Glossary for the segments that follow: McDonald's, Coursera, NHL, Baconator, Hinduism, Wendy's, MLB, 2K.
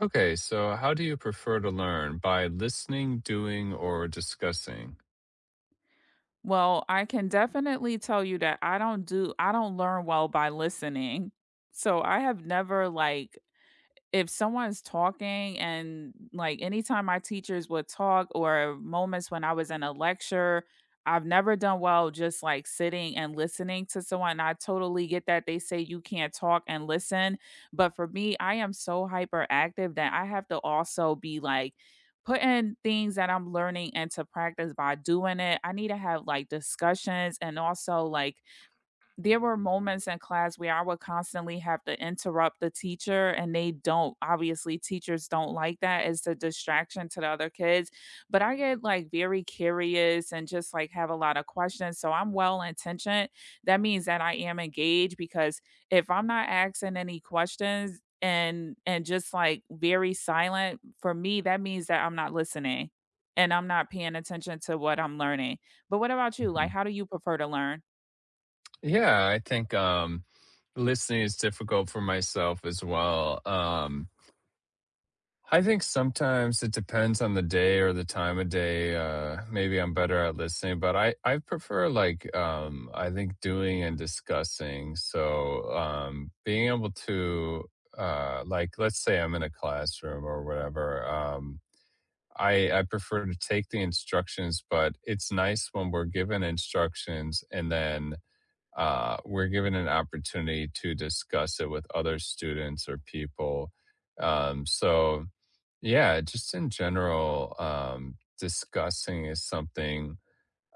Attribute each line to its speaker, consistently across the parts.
Speaker 1: Okay, so how do you prefer to learn? By listening, doing, or discussing?
Speaker 2: Well, I can definitely tell you that I don't learn well by listening. So I have never like, if someone's talking and like anytime my teachers would talk or moments when I was in a lecture, I've never done well just like sitting and listening to someone. And I totally get that they say you can't talk and listen, but for me, I am so hyperactive that I have to also be like putting things that I'm learning into practice by doing it. I need to have like discussions and also like there were moments in class where I would constantly have to interrupt the teacher, and they don't obviously, teachers don't like that. It's a distraction to the other kids. But I get like very curious and just like have a lot of questions. So I'm well intentioned. That means that I am engaged because if I'm not asking any questions and just like very silent, for me, that means that I'm not listening and I'm not paying attention to what I'm learning. But what about you? Like,
Speaker 1: Mhm.
Speaker 2: how do you prefer to learn?
Speaker 1: Yeah, I think listening is difficult for myself as well. I think sometimes it depends on the day or the time of day. Maybe I'm better at listening, but I prefer like I think doing and discussing. So being able to like let's say I'm in a classroom or whatever. I prefer to take the instructions, but it's nice when we're given instructions and then we're given an opportunity to discuss it with other students or people. Um, so, yeah, just in general, discussing is something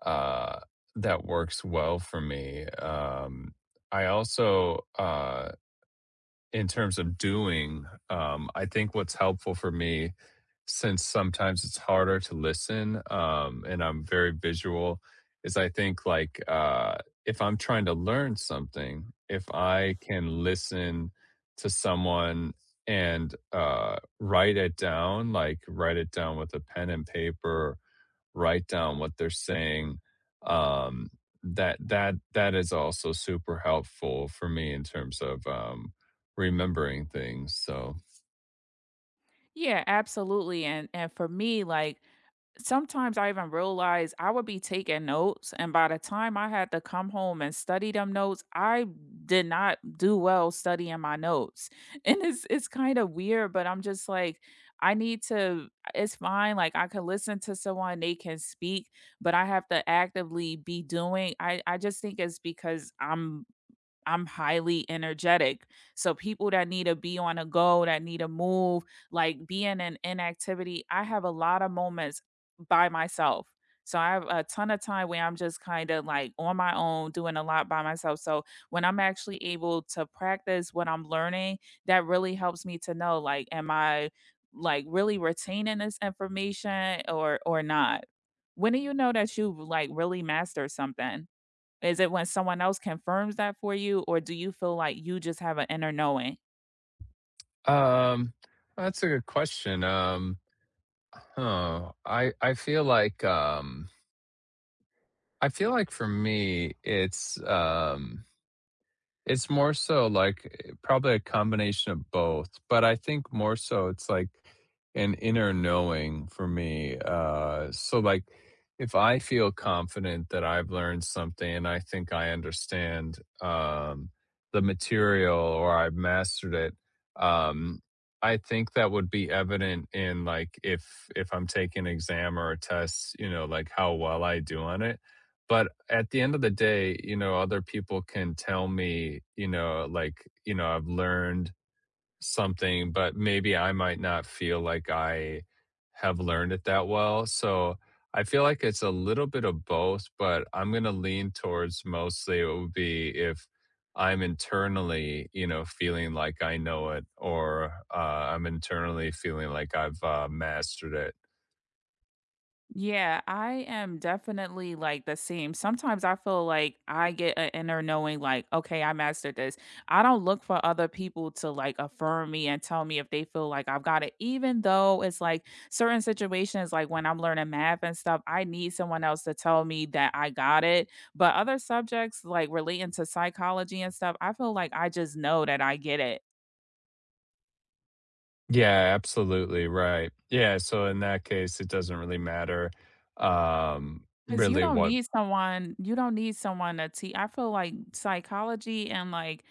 Speaker 1: uh, that works well for me. I also, in terms of doing, I think what's helpful for me, since sometimes it's harder to listen, and I'm very visual, is I think like if I'm trying to learn something, if I can listen to someone and write it down, like write it down with a pen and paper, write down what they're saying, um that is also super helpful for me in terms of remembering things. So
Speaker 2: Yeah, absolutely. And for me, like sometimes I even realize I would be taking notes, and by the time I had to come home and study them notes, I did not do well studying my notes. And it's kind of weird, but I'm just like, I need to it's fine. Like I can listen to someone, they can speak, but I have to actively be doing. I just think it's because I'm highly energetic. So people that need to be on a go, that need to move, like being in inactivity, I have a lot of moments by myself. So I have a ton of time where I'm just kind of like on my own doing a lot by myself. So when I'm actually able to practice what I'm learning, that really helps me to know like am I like really retaining this information or not? When do you know that you've like really mastered something? Is it when someone else confirms that for you, or do you feel like you just have an inner knowing?
Speaker 1: um that's a good question. I feel like I feel like for me it's it's more so like probably a combination of both, but I think more so it's like an inner knowing for me. So like if I feel confident that I've learned something and I think I understand the material or I've mastered it, um, I think that would be evident in like if I'm taking an exam or a test, you know, like how well I do on it. But at the end of the day, you know, other people can tell me, you know, like, you know, I've learned something, but maybe I might not feel like I have learned it that well. So I feel like it's a little bit of both, but I'm going to lean towards mostly it would be if I'm internally, you know, feeling like I know it, or I'm internally feeling like I've mastered it.
Speaker 2: Yeah, I am definitely like the same. Sometimes I feel like I get an inner knowing, like, okay, I mastered this. I don't look for other people to like affirm me and tell me if they feel like I've got it, even though it's like certain situations, like when I'm learning math and stuff, I need someone else to tell me that I got it. But other subjects, like relating to psychology and stuff, I feel like I just know that I get it.
Speaker 1: Yeah, absolutely right. Yeah, so in that case, it doesn't really matter,
Speaker 2: 'Cause
Speaker 1: really what.
Speaker 2: you don't need someone to tea I feel like psychology and, like,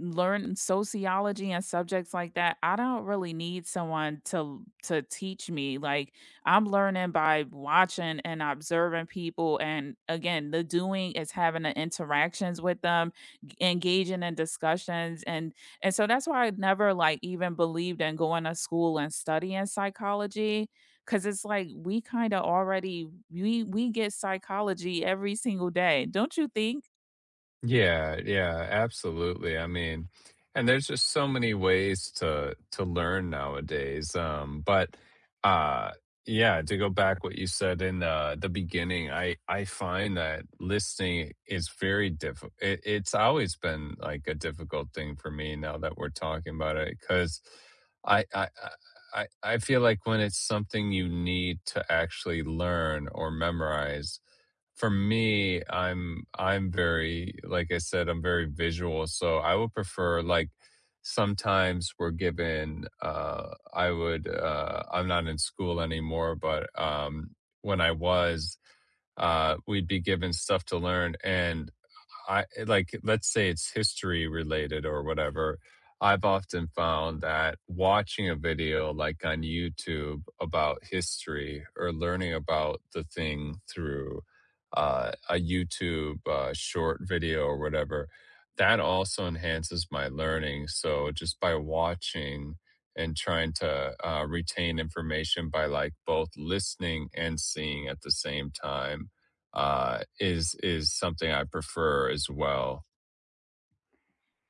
Speaker 2: learn sociology and subjects like that, I don't really need someone to teach me. Like I'm learning by watching and observing people and again, the doing is having the interactions with them, engaging in discussions and so that's why I never like even believed in going to school and studying psychology cuz it's like we kind of already we get psychology every single day. Don't you think?
Speaker 1: Yeah, yeah, absolutely. I mean, and there's just so many ways to learn nowadays. But uh yeah, to go back what you said in the beginning, I find that listening is very difficult. It's always been like a difficult thing for me now that we're talking about it because I I I I I feel like when it's something you need to actually learn or memorize for me, I'm very like I said, I'm very visual, so I would prefer like sometimes we're given I'm not in school anymore, but when I was, we'd be given stuff to learn, and like let's say it's history related or whatever. I've often found that watching a video like on YouTube about history or learning about the thing through a YouTube short video or whatever, that also enhances my learning. So just by watching and trying to retain information by like both listening and seeing at the same time is something I prefer as well.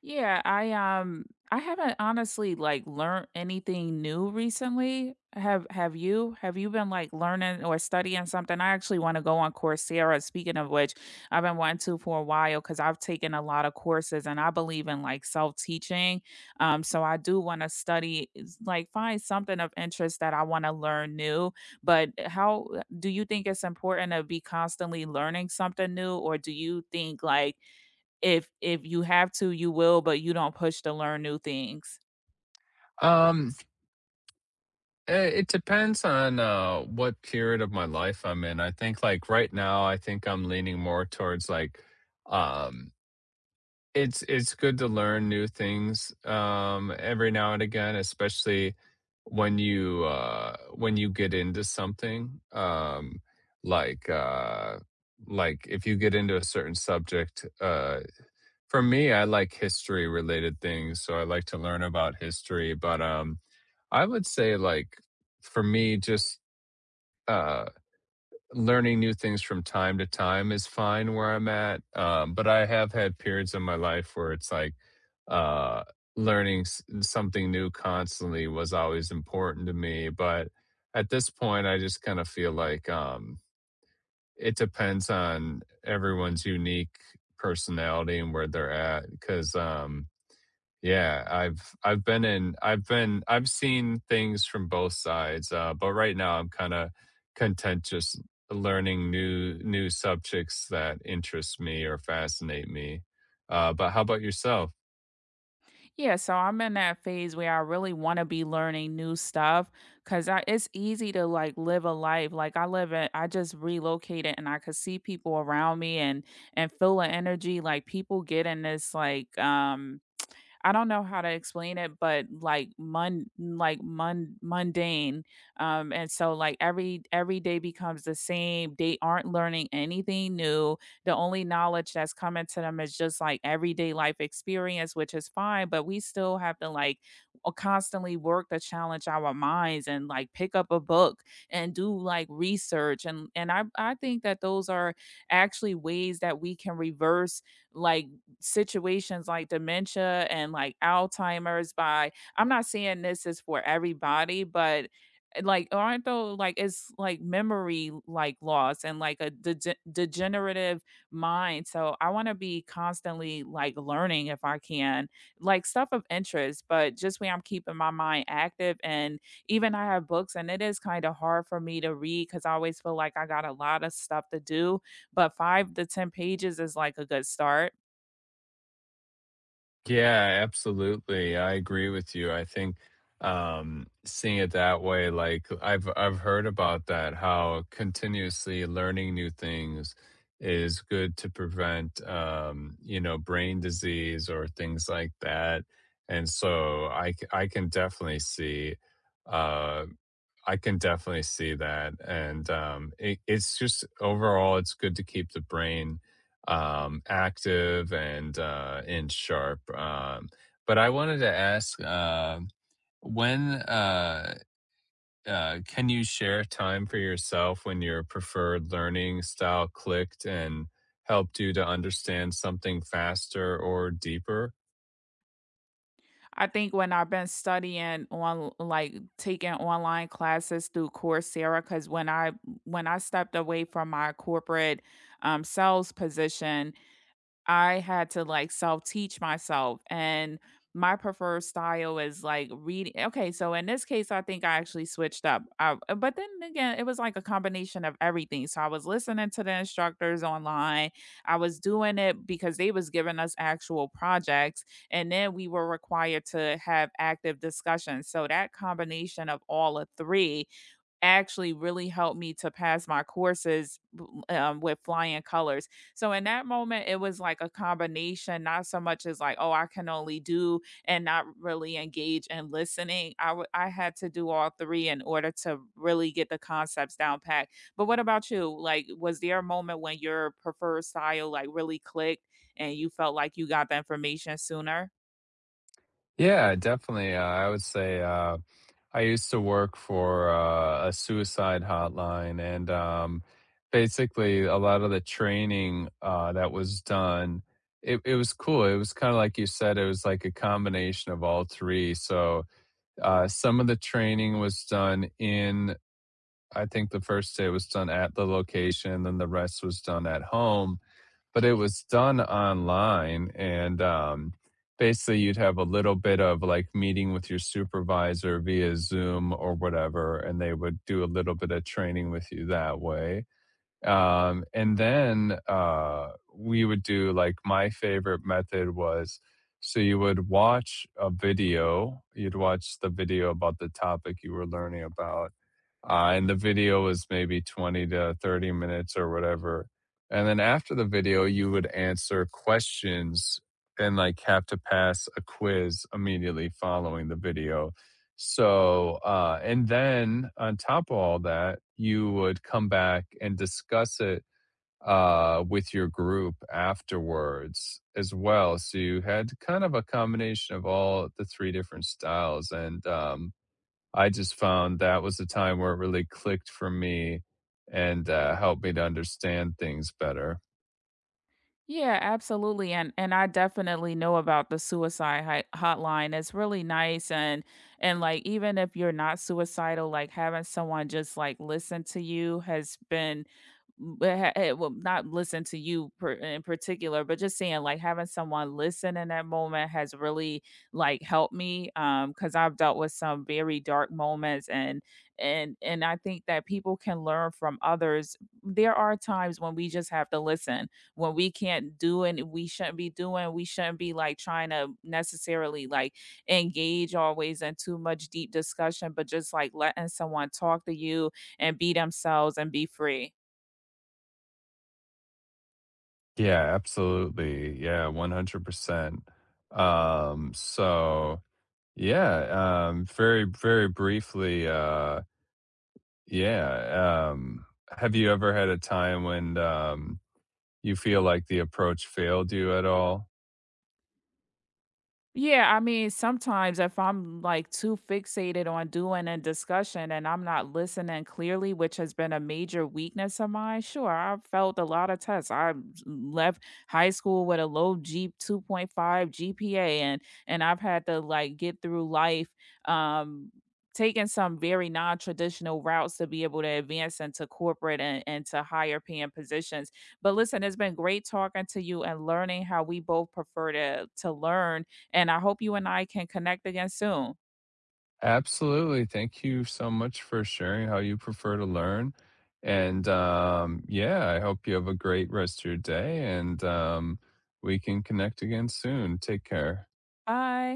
Speaker 2: Yeah, I haven't honestly like learned anything new recently. Have you? Have you been like learning or studying something? I actually want to go on Coursera. Speaking of which, I've been wanting to for a while because I've taken a lot of courses and I believe in like self-teaching. So I do want to study is, like find something of interest that I want to learn new. But how do you think it's important to be constantly learning something new, or do you think like if you have to, you will, but you don't push to learn new things.
Speaker 1: Um, it depends on what period of my life I'm in. I think like right now, I think I'm leaning more towards like um, it's good to learn new things every now and again, especially when you get into something, like uh, like if you get into a certain subject. For me, I like history related things, so I like to learn about history, but, I would say, like, for me, just, uh, learning new things from time to time is fine where I'm at, but I have had periods in my life where it's like, uh, learning s something new constantly was always important to me, but at this point, I just kinda feel like, it depends on everyone's unique personality and where they're at, 'cause, yeah, I've been in I've been I've seen things from both sides, but right now I'm kind of content just learning new subjects that interest me or fascinate me. But how about yourself?
Speaker 2: Yeah, so I'm in that phase where I really wanna be learning new stuff 'cause I it's easy to, like, live a life, like, I live in I just relocated and I could see people around me and feel the energy, like, people get in this, like, I don't know how to explain it, but like mun like mundane. And so like every day becomes the same. They aren't learning anything new. The only knowledge that's coming to them is just like everyday life experience, which is fine, but we still have to like constantly work to challenge our minds and like pick up a book and do like research and and I think that those are actually ways that we can reverse like situations like dementia and like Alzheimer's by I'm not saying this is for everybody, but like aren't though like it's like memory like loss and like a degenerative mind. So I want to be constantly like learning if I can, like stuff of interest, but just where I'm keeping my mind active. And even I have books and it is kind of hard for me to read because I always feel like I got a lot of stuff to do, but 5 to 10 pages is like a good start.
Speaker 1: Yeah, absolutely. I agree with you. I think seeing it that way, like I've heard about that, how continuously learning new things is good to prevent you know, brain disease or things like that. And so I can definitely see, uh I can definitely see that, and it's just overall, it's good to keep the brain active and sharp. But I wanted to ask, when can you share time for yourself when your preferred learning style clicked and helped you to understand something faster or deeper?
Speaker 2: I think when I've been studying on like taking online classes through Coursera, because when I stepped away from my corporate sales position, I had to like self teach myself and my preferred style is like reading. Okay, so in this case, I think I actually switched up. But then again, it was like a combination of everything. So I was listening to the instructors online. I was doing it because they was giving us actual projects, and then we were required to have active discussions. So that combination of all of three actually really helped me to pass my courses b with flying colors. So in that moment, it was like a combination, not so much as like, "Oh, I can only do" and not really engage in listening. I had to do all 3 in order to really get the concepts down pat. But what about you? Like, was there a moment when your preferred style, like, really clicked and you felt like you got the information sooner?
Speaker 1: Yeah, definitely. I would say. I used to work for a suicide hotline, and basically, a lot of the training that was done, it was cool. It was kind of like you said, it was like a combination of all three. So, some of the training was done in, I think the first day was done at the location, then the rest was done at home, but it was done online. And basically you'd have a little bit of like meeting with your supervisor via Zoom or whatever, and they would do a little bit of training with you that way. And then We would do like my favorite method was, so you would watch a video, you'd watch the video about the topic you were learning about, and the video was maybe 20 to 30 minutes or whatever. And then after the video you would answer questions and like have to pass a quiz immediately following the video. So and then on top of all that, you would come back and discuss it with your group afterwards as well. So you had kind of a combination of all the three different styles, and I just found that was the time where it really clicked for me and helped me to understand things better.
Speaker 2: Yeah, absolutely. And I definitely know about the suicide hotline. It's really nice and like even if you're not suicidal, like having someone just like listen to you has been it will not listen to you per, in particular, but just saying like having someone listen in that moment has really like helped me, because I've dealt with some very dark moments and I think that people can learn from others. There are times when we just have to listen when we can't do and we shouldn't be doing we shouldn't be like trying to necessarily like engage always in too much deep discussion but just like letting someone talk to you and be themselves and be free.
Speaker 1: Yeah, absolutely. Yeah, 100%. Um, so, yeah, very, very briefly, yeah. Have you ever had a time when you feel like the approach failed you at all?
Speaker 2: Yeah, I mean, sometimes if I'm like too fixated on doing a discussion and I'm not listening clearly, which has been a major weakness of mine, sure, I've felt a lot of tests. I left high school with a low G 2.5 GPA and I've had to like get through life um taking some very non-traditional routes to be able to advance into corporate and to higher paying positions. But listen, it's been great talking to you and learning how we both prefer to learn and I hope you and I can connect again soon.
Speaker 1: Absolutely. Thank you so much for sharing how you prefer to learn. And yeah, I hope you have a great rest of your day, and we can connect again soon. Take care.
Speaker 2: Bye.